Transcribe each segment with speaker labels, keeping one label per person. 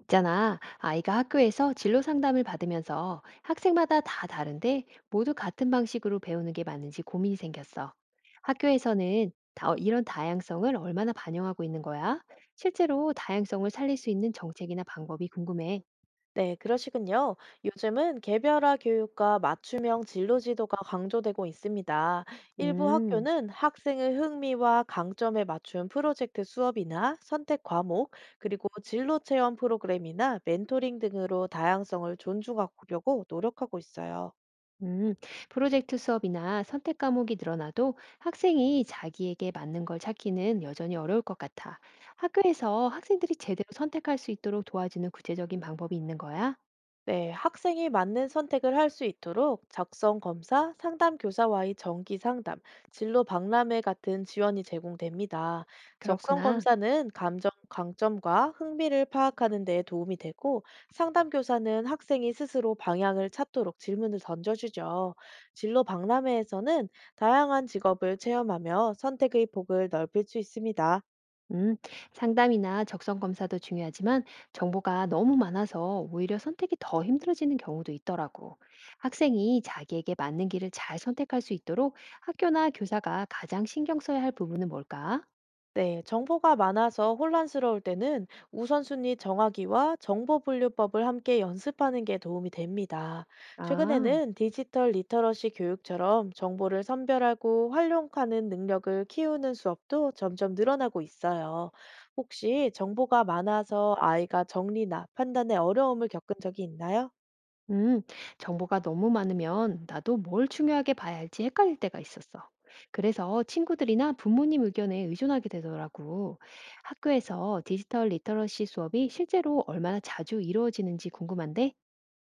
Speaker 1: 있잖아. 아이가 학교에서 진로 상담을 받으면서 학생마다 다 다른데 모두 같은 방식으로 배우는 게 맞는지 고민이 생겼어. 학교에서는 이런 다양성을 얼마나 반영하고 있는 거야? 실제로 다양성을 살릴 수 있는 정책이나 방법이 궁금해.
Speaker 2: 네, 그러시군요. 요즘은 개별화 교육과 맞춤형 진로 지도가 강조되고 있습니다. 일부
Speaker 1: 음,
Speaker 2: 학교는 학생의 흥미와 강점에 맞춘 프로젝트 수업이나 선택 과목, 그리고 진로 체험 프로그램이나 멘토링 등으로 다양성을 존중하려고 노력하고 있어요.
Speaker 1: 음. 프로젝트 수업이나 선택 과목이 늘어나도 학생이 자기에게 맞는 걸 찾기는 여전히 어려울 것 같아. 학교에서 학생들이 제대로 선택할 수 있도록 도와주는 구체적인 방법이 있는 거야?
Speaker 2: 네, 학생이 맞는 선택을 할 수 있도록 작성 검사, 상담 교사와의 정기 상담, 진로 박람회 같은 지원이 제공됩니다. 적성
Speaker 1: 그렇구나.
Speaker 2: 검사는 감정, 강점과 흥미를 파악하는 데 도움이 되고, 상담 교사는 학생이 스스로 방향을 찾도록 질문을 던져주죠. 진로 박람회에서는 다양한 직업을 체험하며 선택의 폭을 넓힐 수 있습니다.
Speaker 1: 음, 상담이나 적성 검사도 중요하지만 정보가 너무 많아서 오히려 선택이 더 힘들어지는 경우도 있더라고. 학생이 자기에게 맞는 길을 잘 선택할 수 있도록 학교나 교사가 가장 신경 써야 할 부분은 뭘까?
Speaker 2: 네, 정보가 많아서 혼란스러울 때는 우선순위 정하기와 정보분류법을 함께 연습하는 게 도움이 됩니다.
Speaker 1: 아,
Speaker 2: 최근에는 디지털 리터러시 교육처럼 정보를 선별하고 활용하는 능력을 키우는 수업도 점점 늘어나고 있어요. 혹시 정보가 많아서 아이가 정리나 판단에 어려움을 겪은 적이 있나요?
Speaker 1: 음, 정보가 너무 많으면 나도 뭘 중요하게 봐야 할지 헷갈릴 때가 있었어. 그래서 친구들이나 부모님 의견에 의존하게 되더라고. 학교에서 디지털 리터러시 수업이 실제로 얼마나 자주 이루어지는지 궁금한데?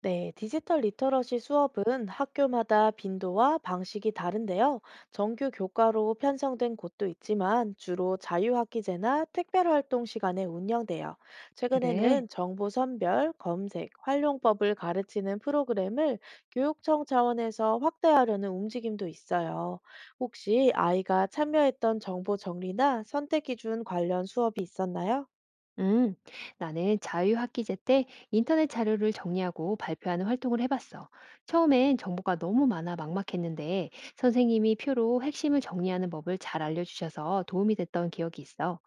Speaker 2: 네, 디지털 리터러시 수업은 학교마다 빈도와 방식이 다른데요. 정규 교과로 편성된 곳도 있지만 주로 자유학기제나 특별활동 시간에 운영돼요.
Speaker 1: 그래.
Speaker 2: 최근에는 정보 선별, 검색, 활용법을 가르치는 프로그램을 교육청 차원에서 확대하려는 움직임도 있어요. 혹시 아이가 참여했던 정보 정리나 선택 기준 관련 수업이 있었나요?
Speaker 1: 음, 나는 자유학기제 때 인터넷 자료를 정리하고 발표하는 활동을 해봤어. 처음엔 정보가 너무 많아 막막했는데 선생님이 표로 핵심을 정리하는 법을 잘 알려주셔서 도움이 됐던 기억이 있어.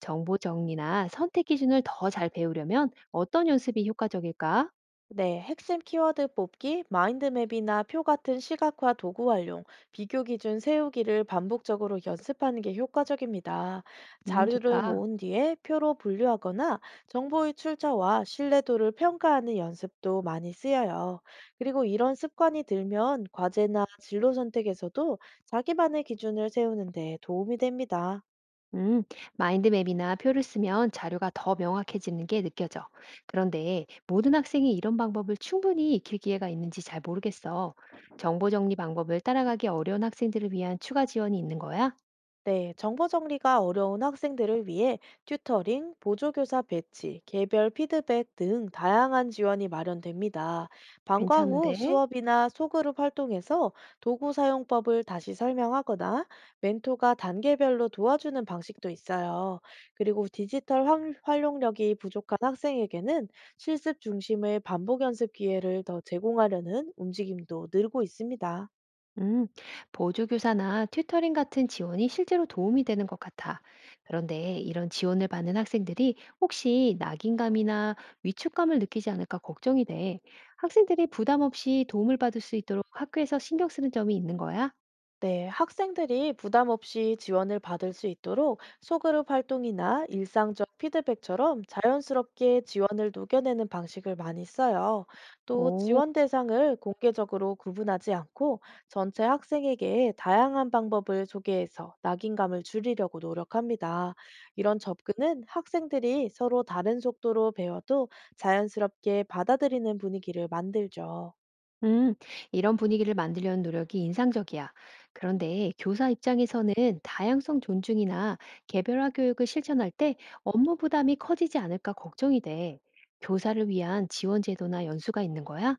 Speaker 1: 정보 정리나 선택 기준을 더 잘 배우려면 어떤 연습이 효과적일까?
Speaker 2: 네, 핵심 키워드 뽑기, 마인드맵이나 표 같은 시각화 도구 활용, 비교 기준 세우기를 반복적으로 연습하는 게 효과적입니다. 자료를
Speaker 1: 좋다.
Speaker 2: 모은 뒤에 표로 분류하거나 정보의 출처와 신뢰도를 평가하는 연습도 많이 쓰여요. 그리고 이런 습관이 들면 과제나 진로 선택에서도 자기만의 기준을 세우는 데 도움이 됩니다.
Speaker 1: 음, 마인드맵이나 표를 쓰면 자료가 더 명확해지는 게 느껴져. 그런데 모든 학생이 이런 방법을 충분히 익힐 기회가 있는지 잘 모르겠어. 정보 정리 방법을 따라가기 어려운 학생들을 위한 추가 지원이 있는 거야?
Speaker 2: 네, 정보 정리가 어려운 학생들을 위해 튜터링, 보조교사 배치, 개별 피드백 등 다양한 지원이 마련됩니다. 방과 후
Speaker 1: 괜찮은데?
Speaker 2: 수업이나 소그룹 활동에서 도구 사용법을 다시 설명하거나 멘토가 단계별로 도와주는 방식도 있어요. 그리고 디지털 활용력이 부족한 학생에게는 실습 중심의 반복 연습 기회를 더 제공하려는 움직임도 늘고 있습니다.
Speaker 1: 음, 보조교사나 튜터링 같은 지원이 실제로 도움이 되는 것 같아. 그런데 이런 지원을 받는 학생들이 혹시 낙인감이나 위축감을 느끼지 않을까 걱정이 돼. 학생들이 부담 없이 도움을 받을 수 있도록 학교에서 신경 쓰는 점이 있는 거야?
Speaker 2: 네, 학생들이 부담 없이 지원을 받을 수 있도록 소그룹 활동이나 일상적 피드백처럼 자연스럽게 지원을 녹여내는 방식을 많이 써요. 또
Speaker 1: 오.
Speaker 2: 지원 대상을 공개적으로 구분하지 않고 전체 학생에게 다양한 방법을 소개해서 낙인감을 줄이려고 노력합니다. 이런 접근은 학생들이 서로 다른 속도로 배워도 자연스럽게 받아들이는 분위기를 만들죠.
Speaker 1: 음, 이런 분위기를 만들려는 노력이 인상적이야. 그런데 교사 입장에서는 다양성 존중이나 개별화 교육을 실천할 때 업무 부담이 커지지 않을까 걱정이 돼. 교사를 위한 지원 제도나 연수가 있는 거야?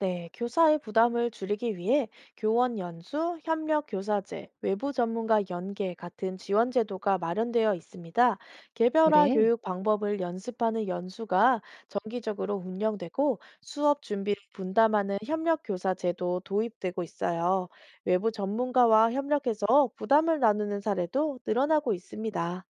Speaker 2: 네, 교사의 부담을 줄이기 위해 교원 연수, 협력 교사제, 외부 전문가 연계 같은 지원 제도가 마련되어 있습니다. 개별화
Speaker 1: 그래.
Speaker 2: 교육 방법을 연습하는 연수가 정기적으로 운영되고 수업 준비를 분담하는 협력 교사 제도 도입되고 있어요. 외부 전문가와 협력해서 부담을 나누는 사례도 늘어나고 있습니다.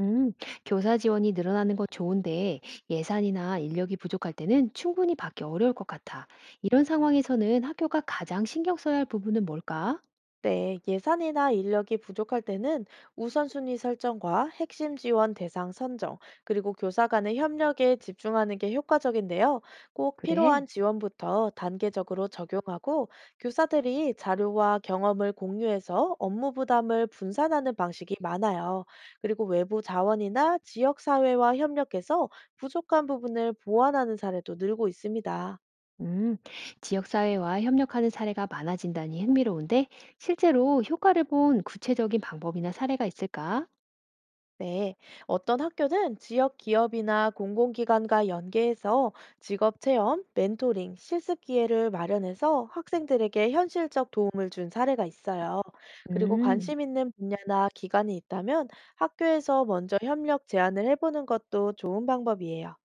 Speaker 1: 음, 교사 지원이 늘어나는 건 좋은데 예산이나 인력이 부족할 때는 충분히 받기 어려울 것 같아. 이런 상황에서는 학교가 가장 신경 써야 할 부분은 뭘까?
Speaker 2: 네, 예산이나 인력이 부족할 때는 우선순위 설정과 핵심 지원 대상 선정, 그리고 교사 간의 협력에 집중하는 게 효과적인데요. 꼭 필요한
Speaker 1: 그래.
Speaker 2: 지원부터 단계적으로 적용하고 교사들이 자료와 경험을 공유해서 업무 부담을 분산하는 방식이 많아요. 그리고 외부 자원이나 지역사회와 협력해서 부족한 부분을 보완하는 사례도 늘고 있습니다.
Speaker 1: 음, 지역사회와 협력하는 사례가 많아진다니 흥미로운데, 실제로 효과를 본 구체적인 방법이나 사례가 있을까?
Speaker 2: 네, 어떤 학교는 지역 기업이나 공공기관과 연계해서 직업 체험, 멘토링, 실습 기회를 마련해서 학생들에게 현실적 도움을 준 사례가 있어요. 그리고
Speaker 1: 음,
Speaker 2: 관심 있는 분야나 기관이 있다면 학교에서 먼저 협력 제안을 해보는 것도 좋은 방법이에요.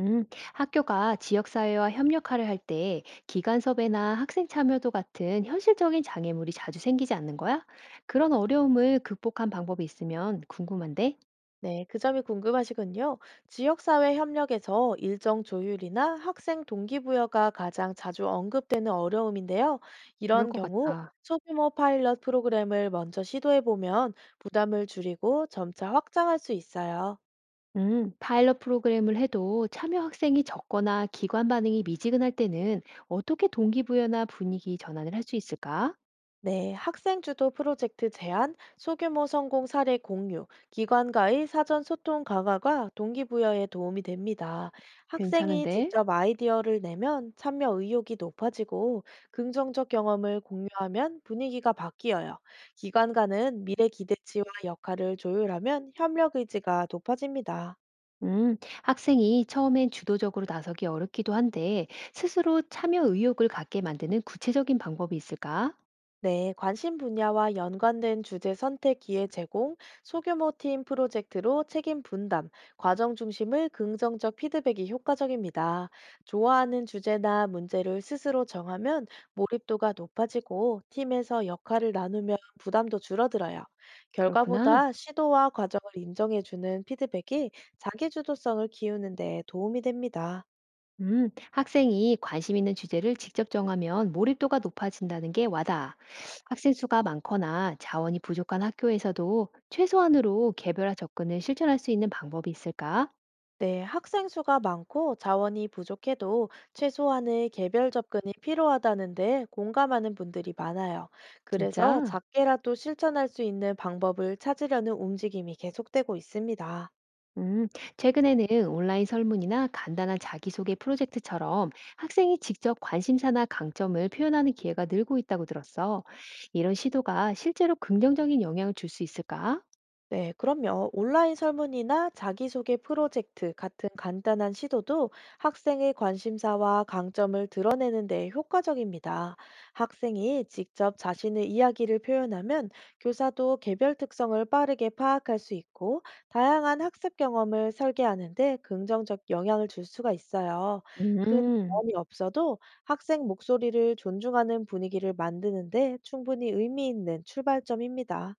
Speaker 1: 음, 학교가 지역사회와 협력화를 할 때 기관 섭외나 학생 참여도 같은 현실적인 장애물이 자주 생기지 않는 거야? 그런 어려움을 극복한 방법이 있으면 궁금한데?
Speaker 2: 네, 그 점이 궁금하시군요. 지역사회 협력에서 일정 조율이나 학생 동기부여가 가장 자주 언급되는 어려움인데요.
Speaker 1: 그럴
Speaker 2: 이런
Speaker 1: 것
Speaker 2: 경우
Speaker 1: 같아.
Speaker 2: 소규모 파일럿 프로그램을 먼저 시도해보면 부담을 줄이고 점차 확장할 수 있어요.
Speaker 1: 파일럿 프로그램을 해도 참여 학생이 적거나 기관 반응이 미지근할 때는 어떻게 동기부여나 분위기 전환을 할 수 있을까?
Speaker 2: 네, 학생 주도 프로젝트 제안, 소규모 성공 사례 공유, 기관과의 사전 소통 강화가 동기부여에 도움이 됩니다. 학생이
Speaker 1: 괜찮은데?
Speaker 2: 직접 아이디어를 내면 참여 의욕이 높아지고 긍정적 경험을 공유하면 분위기가 바뀌어요. 기관과는 미래 기대치와 역할을 조율하면 협력 의지가 높아집니다.
Speaker 1: 음, 학생이 처음엔 주도적으로 나서기 어렵기도 한데, 스스로 참여 의욕을 갖게 만드는 구체적인 방법이 있을까?
Speaker 2: 네, 관심 분야와 연관된 주제 선택 기회 제공, 소규모 팀 프로젝트로 책임 분담, 과정 중심의 긍정적 피드백이 효과적입니다. 좋아하는 주제나 문제를 스스로 정하면 몰입도가 높아지고 팀에서 역할을 나누면 부담도 줄어들어요.
Speaker 1: 그렇구나.
Speaker 2: 결과보다 시도와 과정을 인정해주는 피드백이 자기주도성을 키우는 데 도움이 됩니다.
Speaker 1: 학생이 관심 있는 주제를 직접 정하면 몰입도가 높아진다는 게 와닿아. 학생 수가 많거나 자원이 부족한 학교에서도 최소한으로 개별화 접근을 실천할 수 있는 방법이 있을까?
Speaker 2: 네, 학생 수가 많고 자원이 부족해도 최소한의 개별 접근이 필요하다는데 공감하는 분들이 많아요. 그래서
Speaker 1: 진짜?
Speaker 2: 작게라도 실천할 수 있는 방법을 찾으려는 움직임이 계속되고 있습니다.
Speaker 1: 음, 최근에는 온라인 설문이나 간단한 자기소개 프로젝트처럼 학생이 직접 관심사나 강점을 표현하는 기회가 늘고 있다고 들었어. 이런 시도가 실제로 긍정적인 영향을 줄 수 있을까?
Speaker 2: 네, 그럼요. 온라인 설문이나 자기소개 프로젝트 같은 간단한 시도도 학생의 관심사와 강점을 드러내는 데 효과적입니다. 학생이 직접 자신의 이야기를 표현하면 교사도 개별 특성을 빠르게 파악할 수 있고 다양한 학습 경험을 설계하는 데 긍정적 영향을 줄 수가 있어요. 큰
Speaker 1: 음,
Speaker 2: 경험이 없어도 학생 목소리를 존중하는 분위기를 만드는 데 충분히 의미 있는 출발점입니다.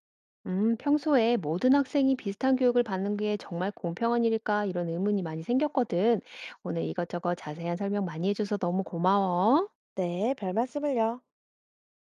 Speaker 1: 평소에 모든 학생이 비슷한 교육을 받는 게 정말 공평한 일일까? 이런 의문이 많이 생겼거든. 오늘 이것저것 자세한 설명 많이 해줘서 너무 고마워.
Speaker 2: 네, 별 말씀을요.